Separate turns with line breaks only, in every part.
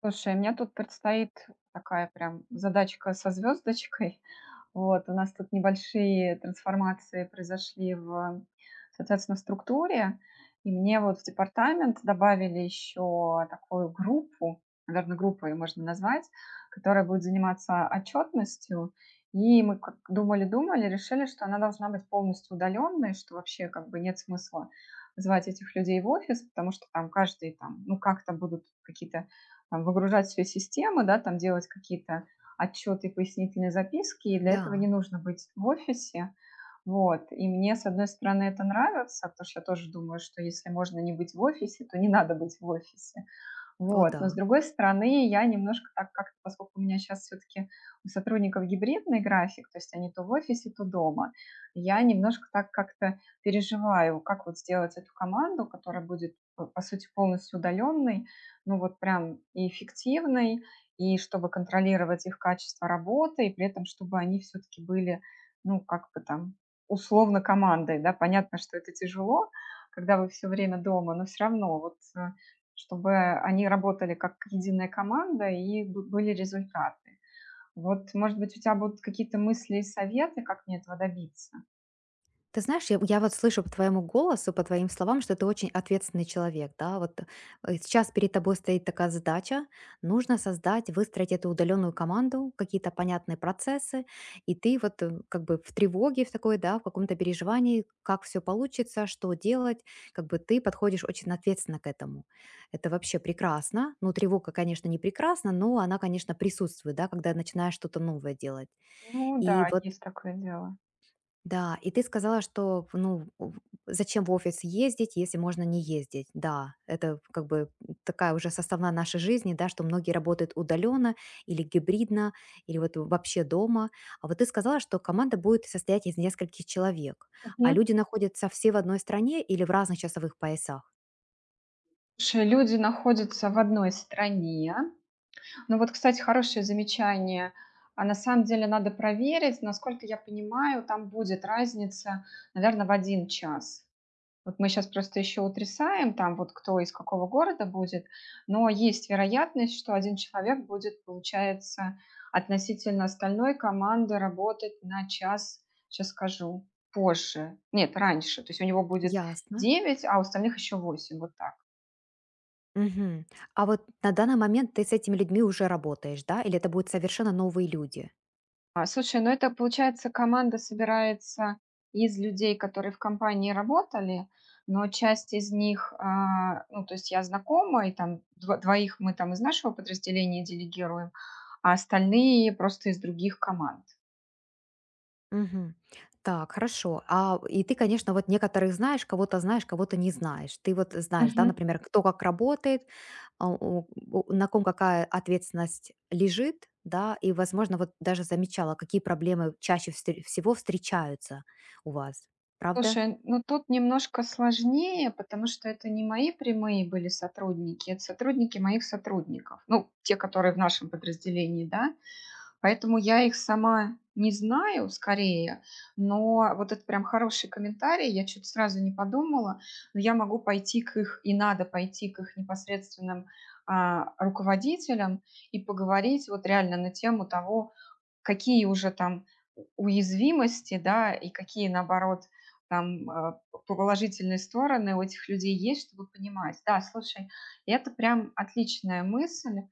Слушай, мне тут предстоит такая прям задачка со звездочкой. Вот, у нас тут небольшие трансформации произошли в, соответственно, в структуре, и мне вот в департамент добавили еще такую группу, наверное, группу ее можно назвать, которая будет заниматься отчетностью. И мы как думали-думали, решили, что она должна быть полностью удаленной, что вообще как бы нет смысла звать этих людей в офис, потому что там каждый там, ну, как-то будут какие-то там выгружать свои системы, да, там делать какие-то отчеты и пояснительные записки, и для этого не
Да,
нужно быть в офисе. Вот. И мне, с одной стороны, это нравится, потому что я тоже думаю, что если можно не быть в офисе, то не надо быть в офисе.
о
Вот.
да.
Но с другой стороны, я немножко так как-то, поскольку у меня сейчас все-таки у сотрудников гибридный график, то есть они то в офисе, то дома, я немножко так как-то переживаю, как вот сделать эту команду, которая будет, по сути, полностью удаленной, ну вот прям и эффективной, и чтобы контролировать их качество работы, и при этом, чтобы они все-таки были, ну, как бы там, условно командой, да, понятно, что это тяжело, когда вы все время дома, но все равно чтобы они работали как единая команда и были результаты. Вот, может быть, у тебя будут какие-то мысли и советы, как мне этого добиться?
Ты знаешь, я вот слышу по твоему голосу, по твоим словам, что ты очень ответственный человек, да, вот сейчас перед тобой стоит такая задача, нужно создать, выстроить эту удаленную команду, какие-то понятные процессы, и ты вот как бы в тревоге в такой, да, в каком-то переживании, как все получится, что делать, как бы ты подходишь очень ответственно к этому. Это вообще прекрасно, ну, тревога, конечно, не прекрасна, но она, конечно, присутствует, да, когда начинаешь что-то новое делать.
Ну да,
И вот
есть такое дело.
Да, и ты сказала, что, ну, зачем в офис ездить, если можно не ездить. Да, это как бы такая уже составная нашей жизни, да, что многие работают удаленно или гибридно, или вот вообще дома. А вот ты сказала, что команда будет состоять из нескольких человек, а
Мгм.
люди находятся все в одной стране или в разных часовых поясах.
Слушай, люди находятся в одной стране. Ну вот, кстати, хорошее замечание. А на самом деле надо проверить, насколько я понимаю, там будет разница, наверное, в 1 час. Вот мы сейчас просто еще утрясаем, там вот кто из какого города будет, но есть вероятность, что один человек будет, получается, относительно остальной команды работать на час, сейчас скажу, позже. Нет, раньше. То есть у него будет
Ясно.
9, а у остальных еще 8. Вот так.
Мгм. А вот на данный момент ты с этими людьми уже работаешь, да, или это будут совершенно новые люди?
А, слушай, ну это получается, команда собирается из людей, которые в компании работали, но часть из них, ну, то есть я знакома, и там двоих мы там из нашего подразделения делегируем, а остальные просто из других команд.
Мгм. Так, хорошо. А, и ты, конечно, вот некоторых знаешь, кого-то не знаешь. Ты вот знаешь, да,
Мгм.
например, кто как работает, а, на ком какая ответственность лежит, да, и, возможно, вот даже замечала, какие проблемы чаще всего встречаются у вас. Правда?
Слушай, ну тут немножко сложнее, потому что это не мои прямые были сотрудники, это сотрудники моих сотрудников, ну, те, которые в нашем подразделении, да. Поэтому я их сама не знаю скорее, но вот это прям хороший комментарий. Я что то сразу не подумала, но я могу пойти к их и надо пойти к их непосредственным, руководителям и поговорить вот реально на тему того, какие уже там уязвимости, да, и какие, наоборот, там положительные стороны у этих людей есть, чтобы понимать. Да, слушай, это прям отличная мысль.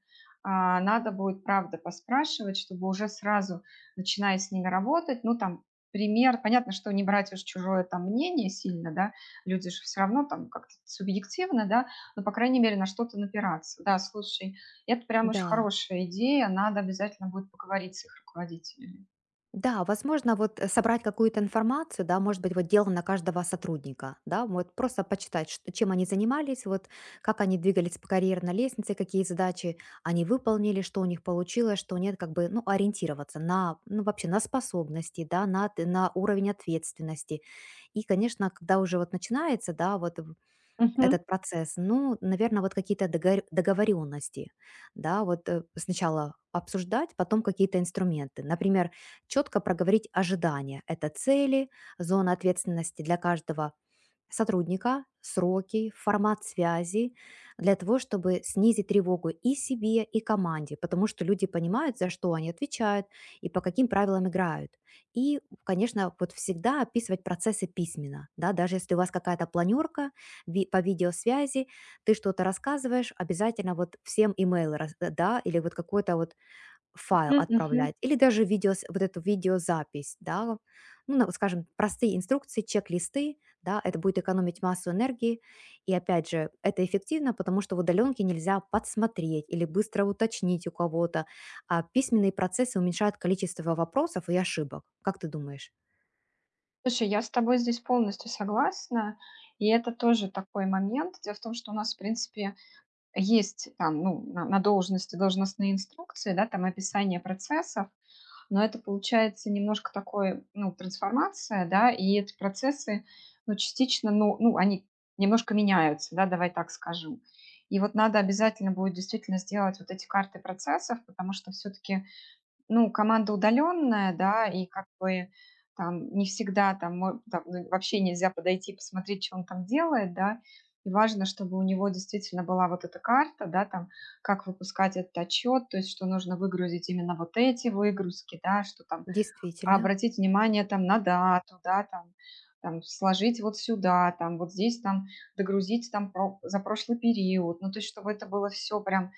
Надо будет, правда, поспрашивать, чтобы уже сразу, начиная с ними работать, ну, там, пример, понятно, что не брать уж чужое там мнение сильно, да, люди же все равно там как-то субъективно, да, но, по крайней мере, на что-то напираться. Да, слушай, это прям очень
Да.
хорошая идея. Надо обязательно будет поговорить с их руководителями.
Да, возможно, вот собрать какую-то информацию, да, может быть, вот дело на каждого сотрудника, да, вот просто почитать, чем они занимались, вот как они двигались по карьерной лестнице, какие задачи они выполнили, что у них получилось, что нет, как бы, ну, ориентироваться на, ну, вообще на способности, да, на, на уровень ответственности. И, конечно, когда уже вот начинается, да, вот
Мгм,
этот процесс, ну, наверное, вот какие-то догор договоренности, да, вот, сначала обсуждать, потом какие-то инструменты. Например, четко проговорить ожидания. Это цели, зона ответственности для каждого сотрудника, сроки, формат связи, для того, чтобы снизить тревогу и себе, и команде, потому что люди понимают, за что они отвечают и по каким правилам играют. И, конечно, вот всегда описывать процессы письменно, да, даже если у вас какая-то планерка, по видеосвязи, ты что-то рассказываешь, обязательно вот всем имейл, да, или вот какой-то вот файл
мгм.
отправлять, или даже видео, вот эту видеозапись, да, ну, скажем, простые инструкции, чек-листы, да, это будет экономить массу энергии, и опять же, это эффективно, потому что в удаленке нельзя подсмотреть или быстро уточнить у кого-то, а письменные процессы уменьшают количество вопросов и ошибок, как ты думаешь?
Слушай, я с тобой здесь полностью согласна. И это тоже такой момент. Дело в том, что у нас, в принципе, есть там, ну, на должности должностные инструкции, да, там описание процессов, но это получается немножко такое, ну, трансформация, да, и эти процессы, ну, частично, ну, они немножко меняются, да, давай так скажу. И вот надо обязательно будет действительно сделать вот эти карты процессов, потому что все-таки ну, команда удаленная, да, и как бы там не всегда там, мо там, ну, вообще нельзя подойти и посмотреть, что он там делает, да. И важно, чтобы у него действительно была вот эта карта, да, там, как выпускать этот отчет, то есть что нужно выгрузить именно вот эти выгрузки, да, что там
Действительно,
обратить внимание там на дату, да, там, там сложить вот сюда, там вот здесь там догрузить там про за прошлый период. Ну, то есть чтобы это было все прям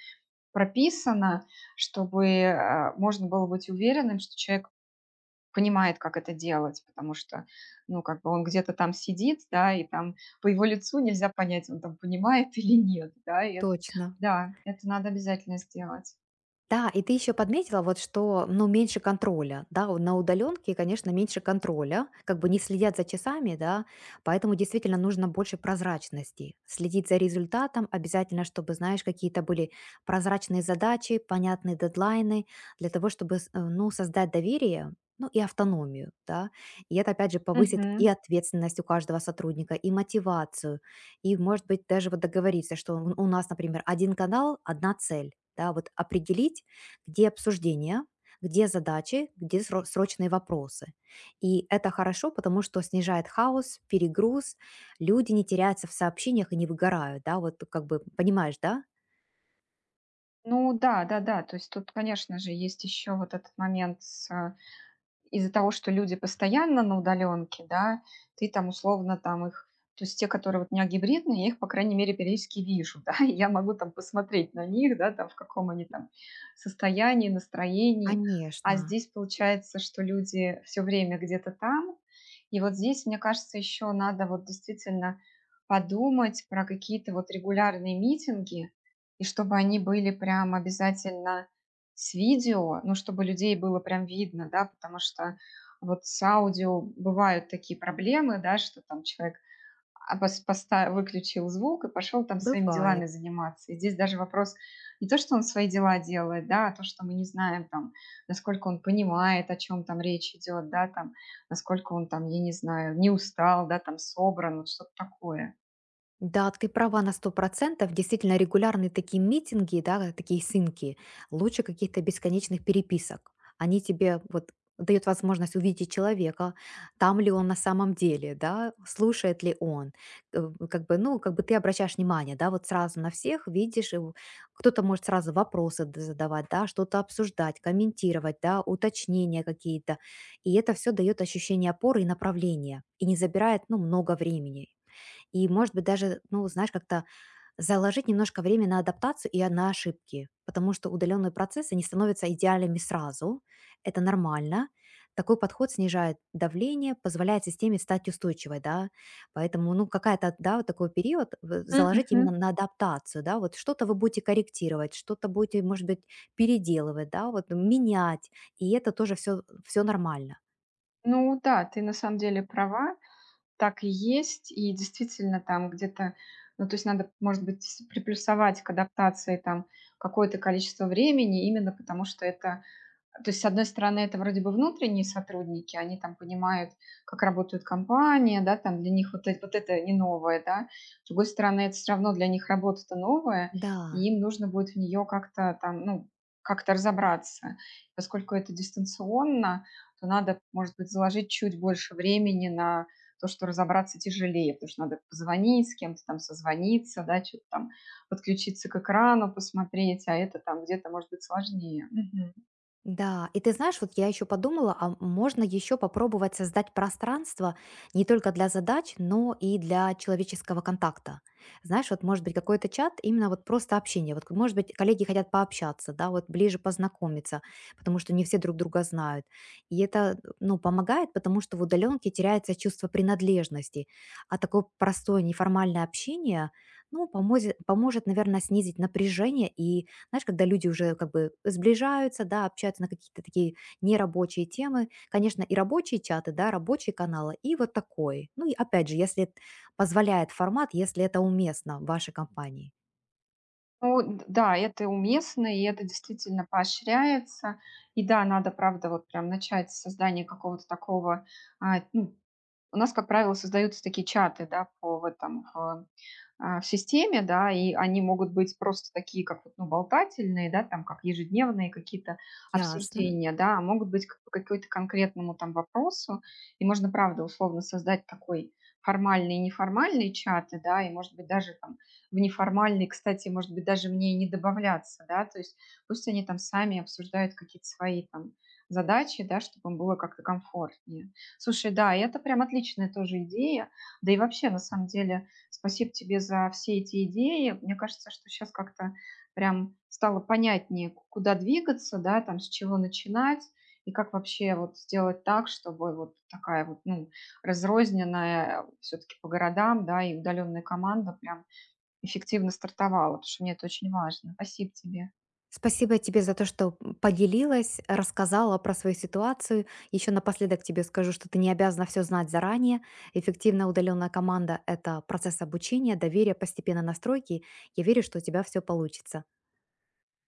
прописано, чтобы, можно было быть уверенным, что человек понимает, как это делать, потому что, ну, как бы он где-то там сидит, да, и там по его лицу нельзя понять, он там понимает или нет, да, и эт
точно.
да, это надо обязательно сделать.
Да, и ты еще подметила, вот что, ну, меньше контроля, да, на удаленке, конечно, меньше контроля, как бы не следят за часами, да, поэтому действительно нужно больше прозрачности, следить за результатом, обязательно, чтобы, знаешь, какие-то были прозрачные задачи, понятные дедлайны, для того, чтобы, ну, создать доверие, ну, и автономию, да, и это, опять же, повысит и
Мгм.
ответственность у каждого сотрудника, и мотивацию, и, может быть, даже вот договориться, что у нас, например, один канал, одна цель. Да, вот определить, где обсуждения, где задачи, где срочные вопросы. И это хорошо, потому что снижает хаос, перегруз, люди не теряются в сообщениях и не выгорают, да, вот как бы, понимаешь, да?
Ну да, да-да, то есть тут, конечно же, есть еще вот этот момент с из-за того, что люди постоянно на удаленке, да, ты там условно там их то есть те, которые вот не гибридные, я их, по крайней мере, периодически вижу, да, и я могу там посмотреть на них, да, там в каком они там состоянии, настроении. А
Конечно,
здесь получается, что люди все время где-то там. И вот здесь, мне кажется, еще надо вот действительно подумать про какие-то вот регулярные митинги, и чтобы они были прям обязательно с видео, ну, чтобы людей было прям видно, да, потому что вот с аудио бывают такие проблемы, да, что там человек выключил звук и пошел там своими
бывает.
делами заниматься. И здесь даже вопрос не то, что он свои дела делает, да, а то, что мы не знаем там, насколько он понимает, о чем там речь идет, да, там, насколько он там, я не знаю, не устал, да, там собран, вот что-то такое.
Да, ты права на сто процентов. Действительно, регулярные такие митинги, да, такие синки, лучше каких-то бесконечных переписок. Они тебе вот дают возможность увидеть человека, там ли он на самом деле, да, слушает ли он. Как бы, ну, как бы ты обращаешь внимание, да, вот сразу на всех видишь, и кто-то может сразу вопросы задавать, да, что-то обсуждать, комментировать, да, уточнения какие-то. И это все дает ощущение опоры и направления, и не забирает, ну, много времени. И, может быть, даже, ну, знаешь, как-то заложить немножко время на адаптацию и на ошибки, потому что удаленные процессы не становятся идеальными сразу. Это нормально. Такой подход снижает давление, позволяет системе стать устойчивой, да. Поэтому, ну, какая-то, да, вот такой период заложить именно
Мгм.
на адаптацию, да, вот что-то вы будете корректировать, что-то будете, может быть, переделывать, да, вот менять. И это тоже все, все нормально.
Ну да, ты на самом деле права. Так и есть. И действительно, там где-то, ну, то есть надо, может быть, с приплюсовать к адаптации там какое-то количество времени, именно потому что это то есть, с одной стороны, это вроде бы внутренние сотрудники, они там понимают, как работает компания, да, там для них вот это не новое, да. С другой стороны, это все равно для них работа-то новая,
Да.
и им нужно будет в нее как-то там, ну, как-то разобраться. Поскольку это дистанционно, то надо, может быть, заложить чуть больше времени на то, что разобраться тяжелее, потому что надо позвонить, с кем-то там созвониться, да, что-то там подключиться к экрану, посмотреть, а это там где-то может быть сложнее. Мгм.
Да, и ты знаешь, вот я еще подумала, а можно еще попробовать создать пространство не только для задач, но и для человеческого контакта. Знаешь, вот может быть какой-то чат, именно вот просто общение. Вот может быть коллеги хотят пообщаться, да, вот ближе познакомиться, потому что не все друг друга знают. И это, ну, помогает, потому что в удаленке теряется чувство принадлежности. А такое простое неформальное общение, ну, поможет, поможет, наверное, снизить напряжение и знаешь, когда люди уже как бы сближаются, да, общаются на какие-то такие нерабочие темы. Конечно, и рабочие чаты, да, рабочие каналы, и вот такой. Ну и опять же, если позволяет формат, если это уместно в вашей компании.
Ну д да, это уместно, и это действительно поощряется. И да, надо, правда, вот прям начать с создания какого-то такого, ну, у нас, как правило, создаются такие чаты, да, по в этом, в, в системе, да, и они могут быть просто такие, как вот, ну, болтательные, да, там, как ежедневные какие-то
Ясно.
обсуждения, да, а могут быть как по какой-то конкретному там вопросу, и можно, правда, условно создать такой формальный и неформальный чаты, да, и, может быть, даже там в неформальный, кстати, может быть, даже мне и не добавляться, да, то есть пусть они там сами обсуждают какие-то свои там задачи, да, чтобы им было как-то комфортнее. Слушай, да, и это прям отличная тоже идея. Да и вообще, на самом деле, спасибо тебе за все эти идеи. Мне кажется, что сейчас как-то прям стало понятнее, куда двигаться, да, там, с чего начинать, и как вообще вот сделать так, чтобы вот такая вот, ну, разрозненная все-таки по городам, да, и удаленная команда прям эффективно стартовала, потому что мне это очень важно. Спасибо тебе.
Спасибо тебе за то, что поделилась, рассказала про свою ситуацию. Еще напоследок тебе скажу, что ты не обязана все знать заранее. Эффективная удаленная команда– это процесс обучения, доверия, постепенно настройки. Я верю, что у тебя все получится.